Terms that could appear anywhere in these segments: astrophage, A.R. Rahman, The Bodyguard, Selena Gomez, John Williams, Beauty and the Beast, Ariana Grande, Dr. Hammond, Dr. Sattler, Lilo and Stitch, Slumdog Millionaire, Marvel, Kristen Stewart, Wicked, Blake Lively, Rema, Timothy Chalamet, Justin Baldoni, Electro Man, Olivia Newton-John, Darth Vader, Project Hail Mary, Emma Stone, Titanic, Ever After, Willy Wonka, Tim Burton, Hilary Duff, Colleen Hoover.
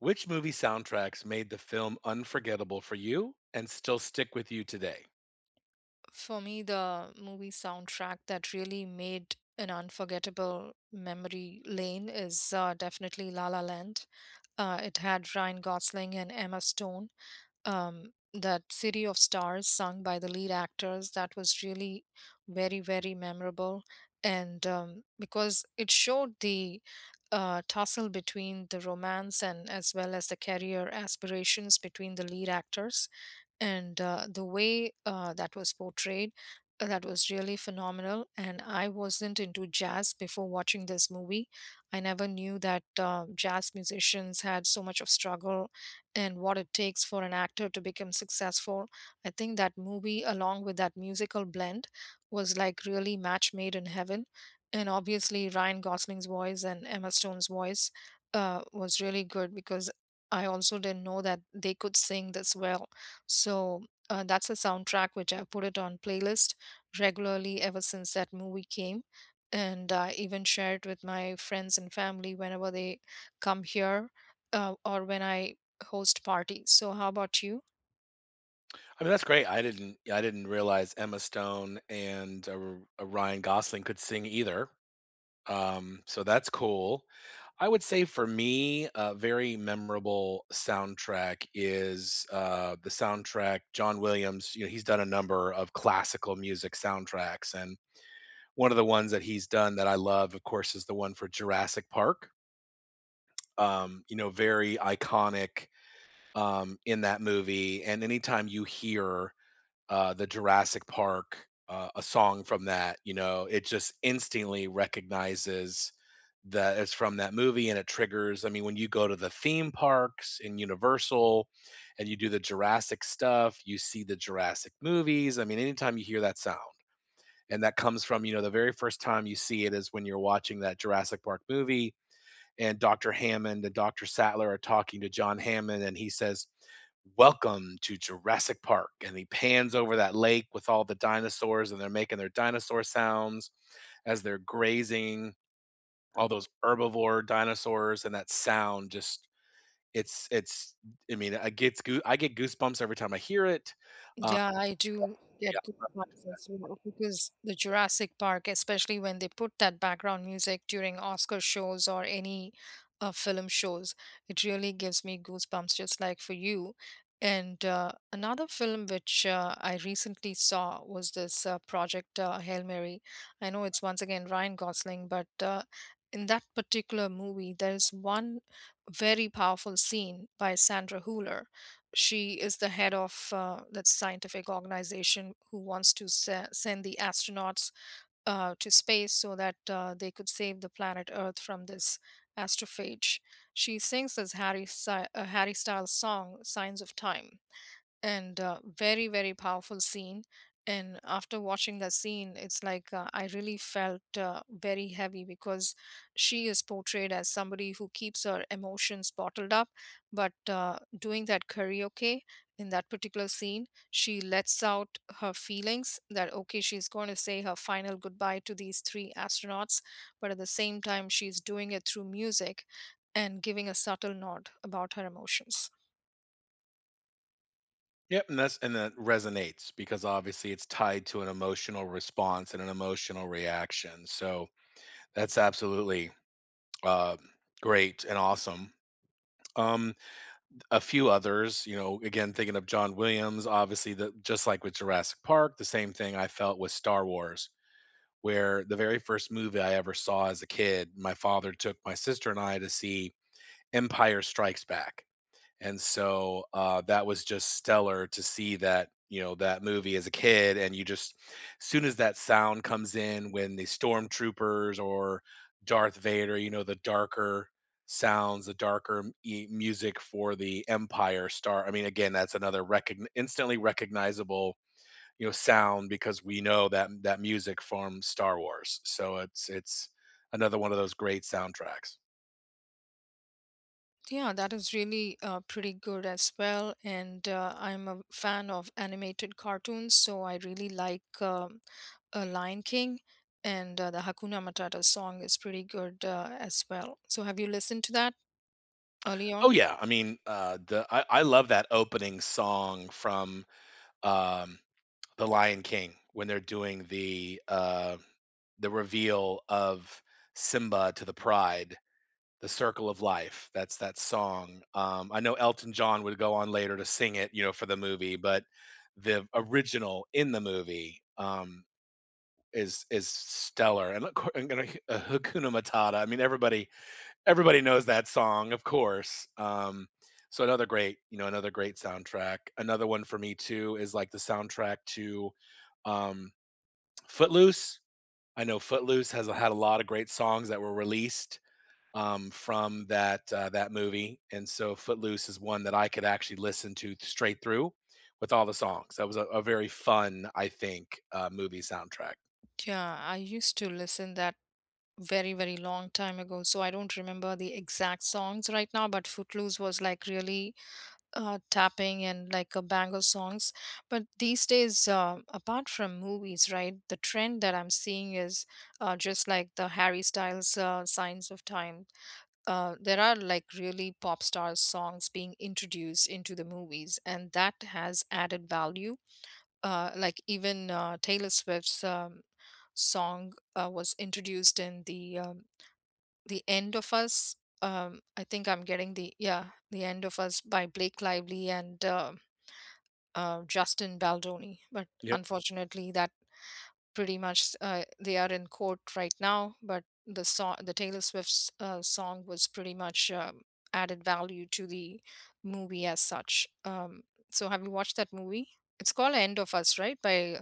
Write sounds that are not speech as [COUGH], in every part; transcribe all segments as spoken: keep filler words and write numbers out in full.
Which movie soundtracks made the film unforgettable for you and still stick with you today? For me, the movie soundtrack that really made an unforgettable memory lane is uh, definitely La La Land. Uh, it had Ryan Gosling and Emma Stone. Um, that City of Stars, sung by the lead actors, that was really very, very memorable. And um, Because it showed the uh, tussle between the romance and as well as the career aspirations between the lead actors, and uh, the way uh, that was portrayed, uh, that was really phenomenal. And I wasn't into jazz before watching this movie. I never knew that uh, jazz musicians had so much of struggle and what it takes for an actor to become successful. I think that movie along with that musical blend was like really match made in heaven. And obviously Ryan Gosling's voice and Emma Stone's voice uh, was really good because I also didn't know that they could sing this well. So uh, that's a soundtrack which I put it on playlist regularly ever since that movie came. And I even share it with my friends and family whenever they come here, uh, or when I host parties. So, how about you? I mean, that's great. I didn't I didn't realize Emma Stone and uh, R- uh, Ryan Gosling could sing either. Um, so that's cool. I would say for me, a very memorable soundtrack is uh, the soundtrack John Williams. You know, he's done a number of classical music soundtracks, and one of the ones that he's done that I love, of course, is the one for Jurassic Park. Um, you know, very iconic um, in that movie. And anytime you hear uh, the Jurassic Park, uh, a song from that, you know, it just instantly recognizes that it's from that movie and it triggers. I mean, when you go to the theme parks in Universal and you do the Jurassic stuff, you see the Jurassic movies. I mean, anytime you hear that sound, and that comes from, you know, the very first time you see it is when you're watching that Jurassic Park movie and Doctor Hammond and Doctor Sattler are talking to John Hammond, and he says, welcome to Jurassic Park. And he pans over that lake with all the dinosaurs, and they're making their dinosaur sounds as they're grazing all those herbivore dinosaurs, and that sound just it's it's I mean, I get goo- I get goosebumps every time I hear it. Uh, Yeah, I do get yeah, goosebumps as well, because the Jurassic Park, especially when they put that background music during Oscar shows or any uh, film shows, it really gives me goosebumps, just like for you. And uh, another film which uh, I recently saw was this uh, Project uh, Hail Mary. I know it's once again Ryan Gosling, but uh, in that particular movie, there is one very powerful scene by Sandra Hüller. She is the head of uh, that scientific organization, who wants to se- send the astronauts uh, to space so that uh, they could save the planet Earth from this astrophage. She sings this Harry, Sy- uh, Harry Styles song, Signs of Time, and uh, very, very powerful scene. And after watching that scene, it's like uh, I really felt uh, very heavy, because she is portrayed as somebody who keeps her emotions bottled up, but uh, doing that karaoke in that particular scene, she lets out her feelings that okay, she's going to say her final goodbye to these three astronauts, but at the same time she's doing it through music and giving a subtle nod about her emotions. Yep, and that's and that resonates because obviously it's tied to an emotional response and an emotional reaction. So that's absolutely Uh, great and awesome. Um, a few others, you know, again thinking of John Williams, obviously the just like with Jurassic Park, the same thing I felt with Star Wars, where the very first movie I ever saw as a kid, my father took my sister and I to see Empire Strikes Back. And so, uh, that was just stellar to see that, you know, that movie as a kid, and you just soon as that sound comes in when the stormtroopers or Darth Vader, you know, the darker sounds, the darker m e music for the Empire Star. I mean, again, that's another recogn instantly recognizable, you know, sound because we know that that music from Star Wars. So it's it's another one of those great soundtracks. Yeah, that is really uh, pretty good as well. And uh, I'm a fan of animated cartoons, so I really like um, uh, Lion King, and uh, the Hakuna Matata song is pretty good uh, as well. So have you listened to that early Oh on? yeah, I mean, uh, the I I love that opening song from, um, The Lion King when they're doing the, uh, the reveal of Simba to the pride, the circle of life, that's that song, um, I know Elton John would go on later to sing it, you know, for the movie, but the original in the movie, um, is is stellar, and of cour and gonna uh, Hakuna Matata, I mean, everybody everybody knows that song, of course. Um, so another great, you know, another great soundtrack. Another one for me too is like the soundtrack to um, Footloose. I know Footloose has had a lot of great songs that were released um, from that uh, that movie, and so Footloose is one that I could actually listen to straight through with all the songs. That was a, a very fun, I think, uh, movie soundtrack. Yeah, I used to listen that very, very long time ago, so I don't remember the exact songs right now, but Footloose was like really uh, tapping and like a bangle songs. But these days, uh, apart from movies, right, the trend that I'm seeing is uh, just like the Harry Styles uh, Signs of Time. Uh, there are like really pop stars songs being introduced into the movies, and that has added value. Uh, like even uh, Taylor Swift's um, song uh, was introduced in the um, the End of Us. Um, I think I'm getting the, yeah, the End of Us by Blake Lively and uh, uh, Justin Baldoni, but Yep. unfortunately, that pretty much uh, they are in court right now. But the song, the Taylor Swift's uh, song, was pretty much um, added value to the movie as such. Um, so, have you watched that movie? It's called End of Us, right? By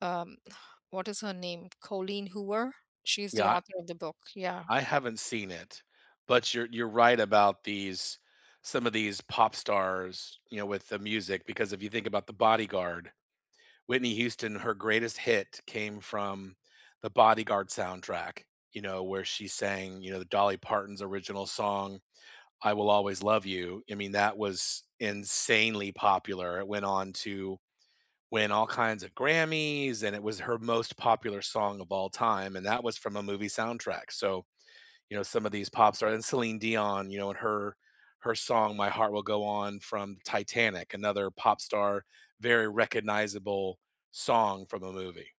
um, [SIGHS] what is her name? Colleen Hoover. She's the Yeah, author of the book. Yeah. I haven't seen it, but you're you're right about these some of these pop stars, you know, with the music because if you think about The Bodyguard, Whitney Houston, her greatest hit came from The Bodyguard soundtrack, you know, where she sang, you know, the Dolly Parton's original song, I Will Always Love You. I mean, that was insanely popular. It went on to win all kinds of Grammys and it was her most popular song of all time and that was from a movie soundtrack. So, you know, some of these pop stars and Celine Dion, you know, and her her song "My Heart Will Go On" from Titanic, another pop star, very recognizable song from a movie.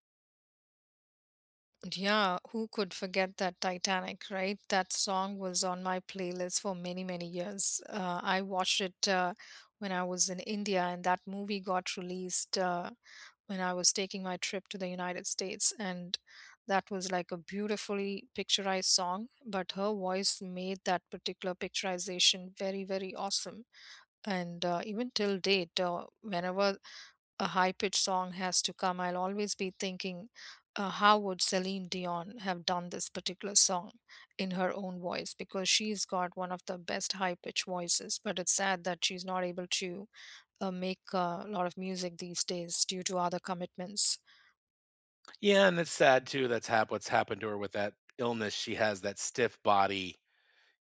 Yeah, who could forget that Titanic, right? That song was on my playlist for many, many years. Uh, I watched it uh, when I was in India, and that movie got released uh, when I was taking my trip to the United States. And that was like a beautifully picturized song, but her voice made that particular picturization very, very awesome. And uh, even till date, uh, whenever a high pitched song has to come, I'll always be thinking, uh, how would Celine Dion have done this particular song in her own voice? Because she's got one of the best high pitched voices, but it's sad that she's not able to uh, make uh, a lot of music these days due to other commitments. Yeah, and it's sad too. That's hap- what's happened to her with that illness. She has that stiff body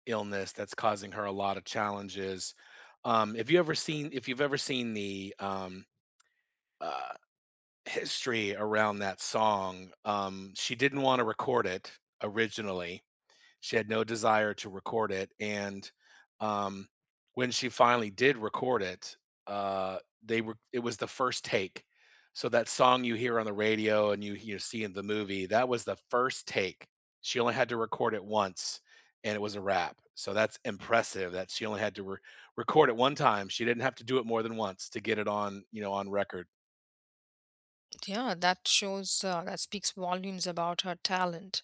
illness that's causing her a lot of challenges. Um, if you ever seen, if you've ever seen the um, uh, history around that song, um, she didn't want to record it originally. She had no desire to record it, and, um, when she finally did record it, uh, they were it was the first take. So that song you hear on the radio and you you see in the movie, that was the first take. She only had to record it once, and it was a wrap. So that's impressive that she only had to re record it one time. She didn't have to do it more than once to get it on, you know, on record. Yeah, that shows, uh, that speaks volumes about her talent.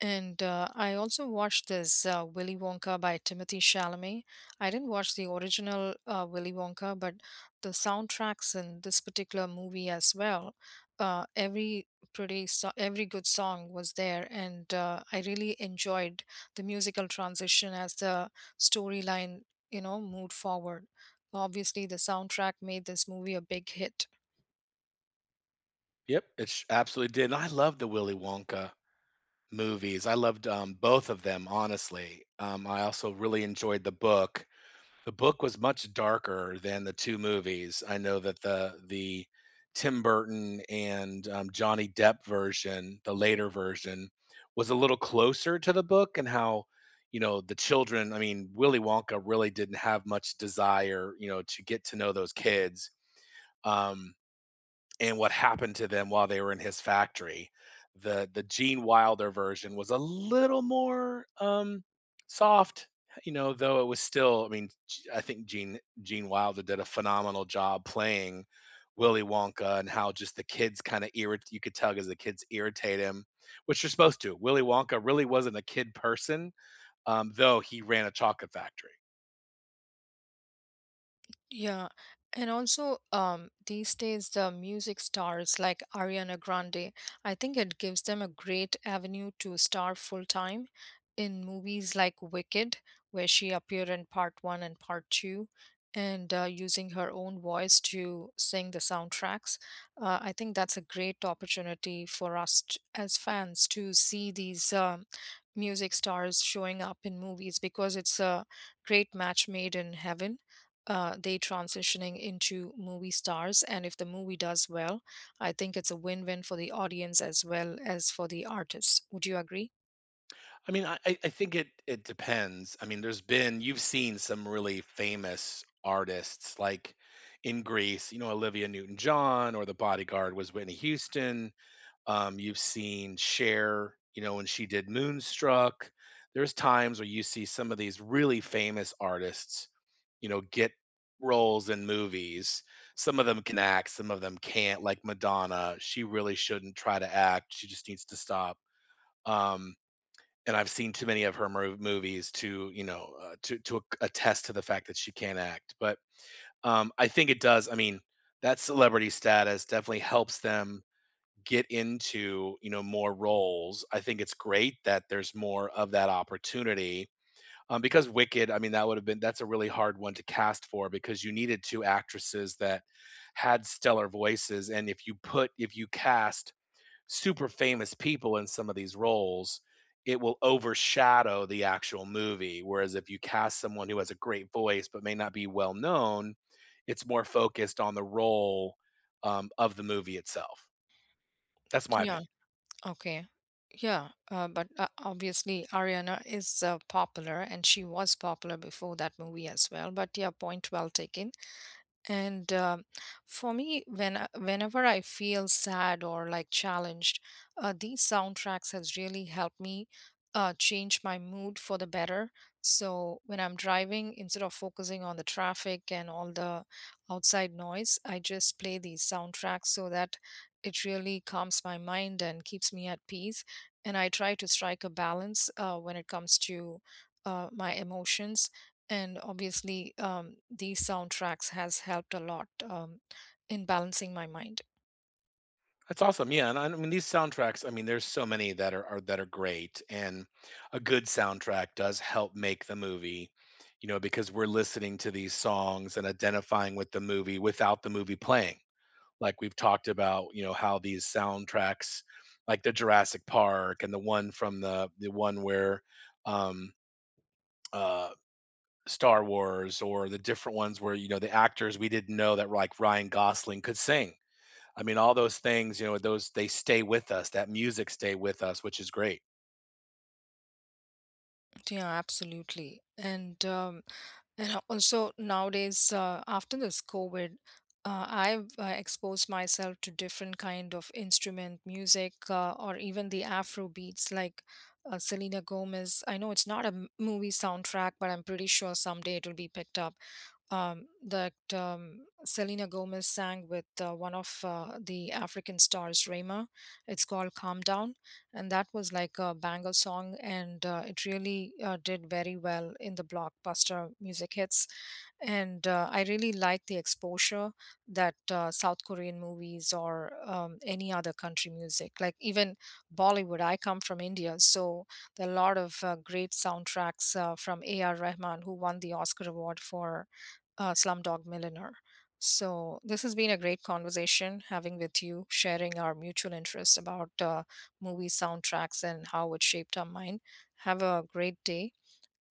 And uh, I also watched this uh, Willy Wonka by Timothy Chalamet. I didn't watch the original uh, Willy Wonka, but the soundtracks in this particular movie as well. Uh, every pretty so- every good song was there, and uh, I really enjoyed the musical transition as the storyline, you know, moved forward. Obviously, the soundtrack made this movie a big hit. Yep, it sh Absolutely did, and I love the Willy Wonka movies. I loved, um, both of them, honestly. Um, I also really enjoyed the book. The book was much darker than the two movies. I know that the the Tim Burton and, um, Johnny Depp version, the later version, was a little closer to the book and how, you know, the children I mean, Willy Wonka really didn't have much desire, you know, to get to know those kids. Um and what happened to them while they were in his factory. The the Gene Wilder version was a little more um, soft, you know, though it was still. I mean, G- I think Gene Gene Wilder did a phenomenal job playing Willy Wonka and how just the kids kind of irrit. You could tell because the kids irritate him, which you're supposed to. Willy Wonka really wasn't a kid person, um, though he ran a chocolate factory. Yeah, and also um, these days the music stars like Ariana Grande, I think it gives them a great avenue to star full time in movies like Wicked, where she appeared in part one and part two, and uh, using her own voice to sing the soundtracks. Uh, I think that's a great opportunity for us t as fans to see these um, music stars showing up in movies, because it's a great match made in heaven, uh, they transitioning into movie stars. And if the movie does well, I think it's a win win for the audience as well as for the artist. Would you agree? I mean, I I I think it it depends. I mean, there's been you've seen some really famous artists like in Greece, you know, Olivia Newton-John or The Bodyguard was Whitney Houston. Um, you've seen Cher, you know, when she did Moonstruck. There's times where you see some of these really famous artists, you know, get roles in movies. Some of them can act, some of them can't. Like Madonna, she really shouldn't try to act. She just needs to stop. Um, and I've seen too many of her mov- movies to, you know, uh, to to attest to the fact that she can not act. But um, I think it does. I mean, that celebrity status definitely helps them get into, you know, more roles. I think it's great that there's more of that opportunity. Um, because Wicked, I mean, that would have been that's a really hard one to cast for because you needed two actresses that had stellar voices, and if you put if you cast super famous people in some of these roles, it will overshadow the actual movie. Whereas if you cast someone who has a great voice but may not be well known, it's more focused on the role um, of the movie itself. That's my Yeah. opinion. Okay. Yeah. Uh, but uh, obviously, Ariana is uh, popular and she was popular before that movie as well. But yeah, point well taken. And um for me, when I- whenever I feel sad or like challenged, uh, these soundtracks has really helped me uh, change my mood for the better. So when I'm driving, instead of focusing on the traffic and all the outside noise, I just play these soundtracks so that it really calms my mind and keeps me at peace. And I try to strike a balance uh, when it comes to uh, my emotions, and obviously um, these soundtracks has helped a lot um, in balancing my mind. That's awesome. Yeah, and I, I mean these soundtracks. I mean, there's so many that are, are that are great, and a good soundtrack does help make the movie. You know, because we're listening to these songs and identifying with the movie without the movie playing. Like we've talked about, you know, how these soundtracks, like the Jurassic Park and the one from the the one where um uh Star Wars or the different ones where, you know, the actors we didn't know that like Ryan Gosling could sing. I mean, all those things, you know, those they stay with us. That music stay with us, which is great. Yeah, absolutely. And um, and also nowadays uh, after this COVID, uh, I've uh, exposed myself to different kind of instrument music, uh, or even the afro beats, like uh, Selena Gomez. I know it's not a m- movie soundtrack, but I'm pretty sure someday it will be picked up. Um, that um, Selena Gomez sang with uh, one of uh, the African stars, Rema. It's called Calm Down. And that was like a banger song, and uh, it really uh, did very well in the blockbuster music hits. And uh, I really like the exposure that uh, South Korean movies or um, any other country music, like even Bollywood. I come from India, so there are a lot of uh, great soundtracks uh, from A R. Rahman, who won the Oscar Award for uh, Slumdog Millionaire. So, this has been a great conversation having with you, sharing our mutual interest about uh, movie soundtracks and how it shaped our mind. Have a great day,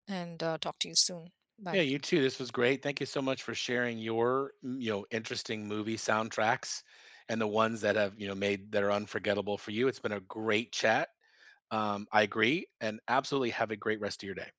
and uh, talk to you soon. Yeah, Bye. you too. This was great. Thank you so much for sharing your, mm, you know, interesting movie soundtracks and the ones that have, you know, made that are unforgettable for you. It's been a great chat. Um, I agree, and absolutely have a great rest of your day.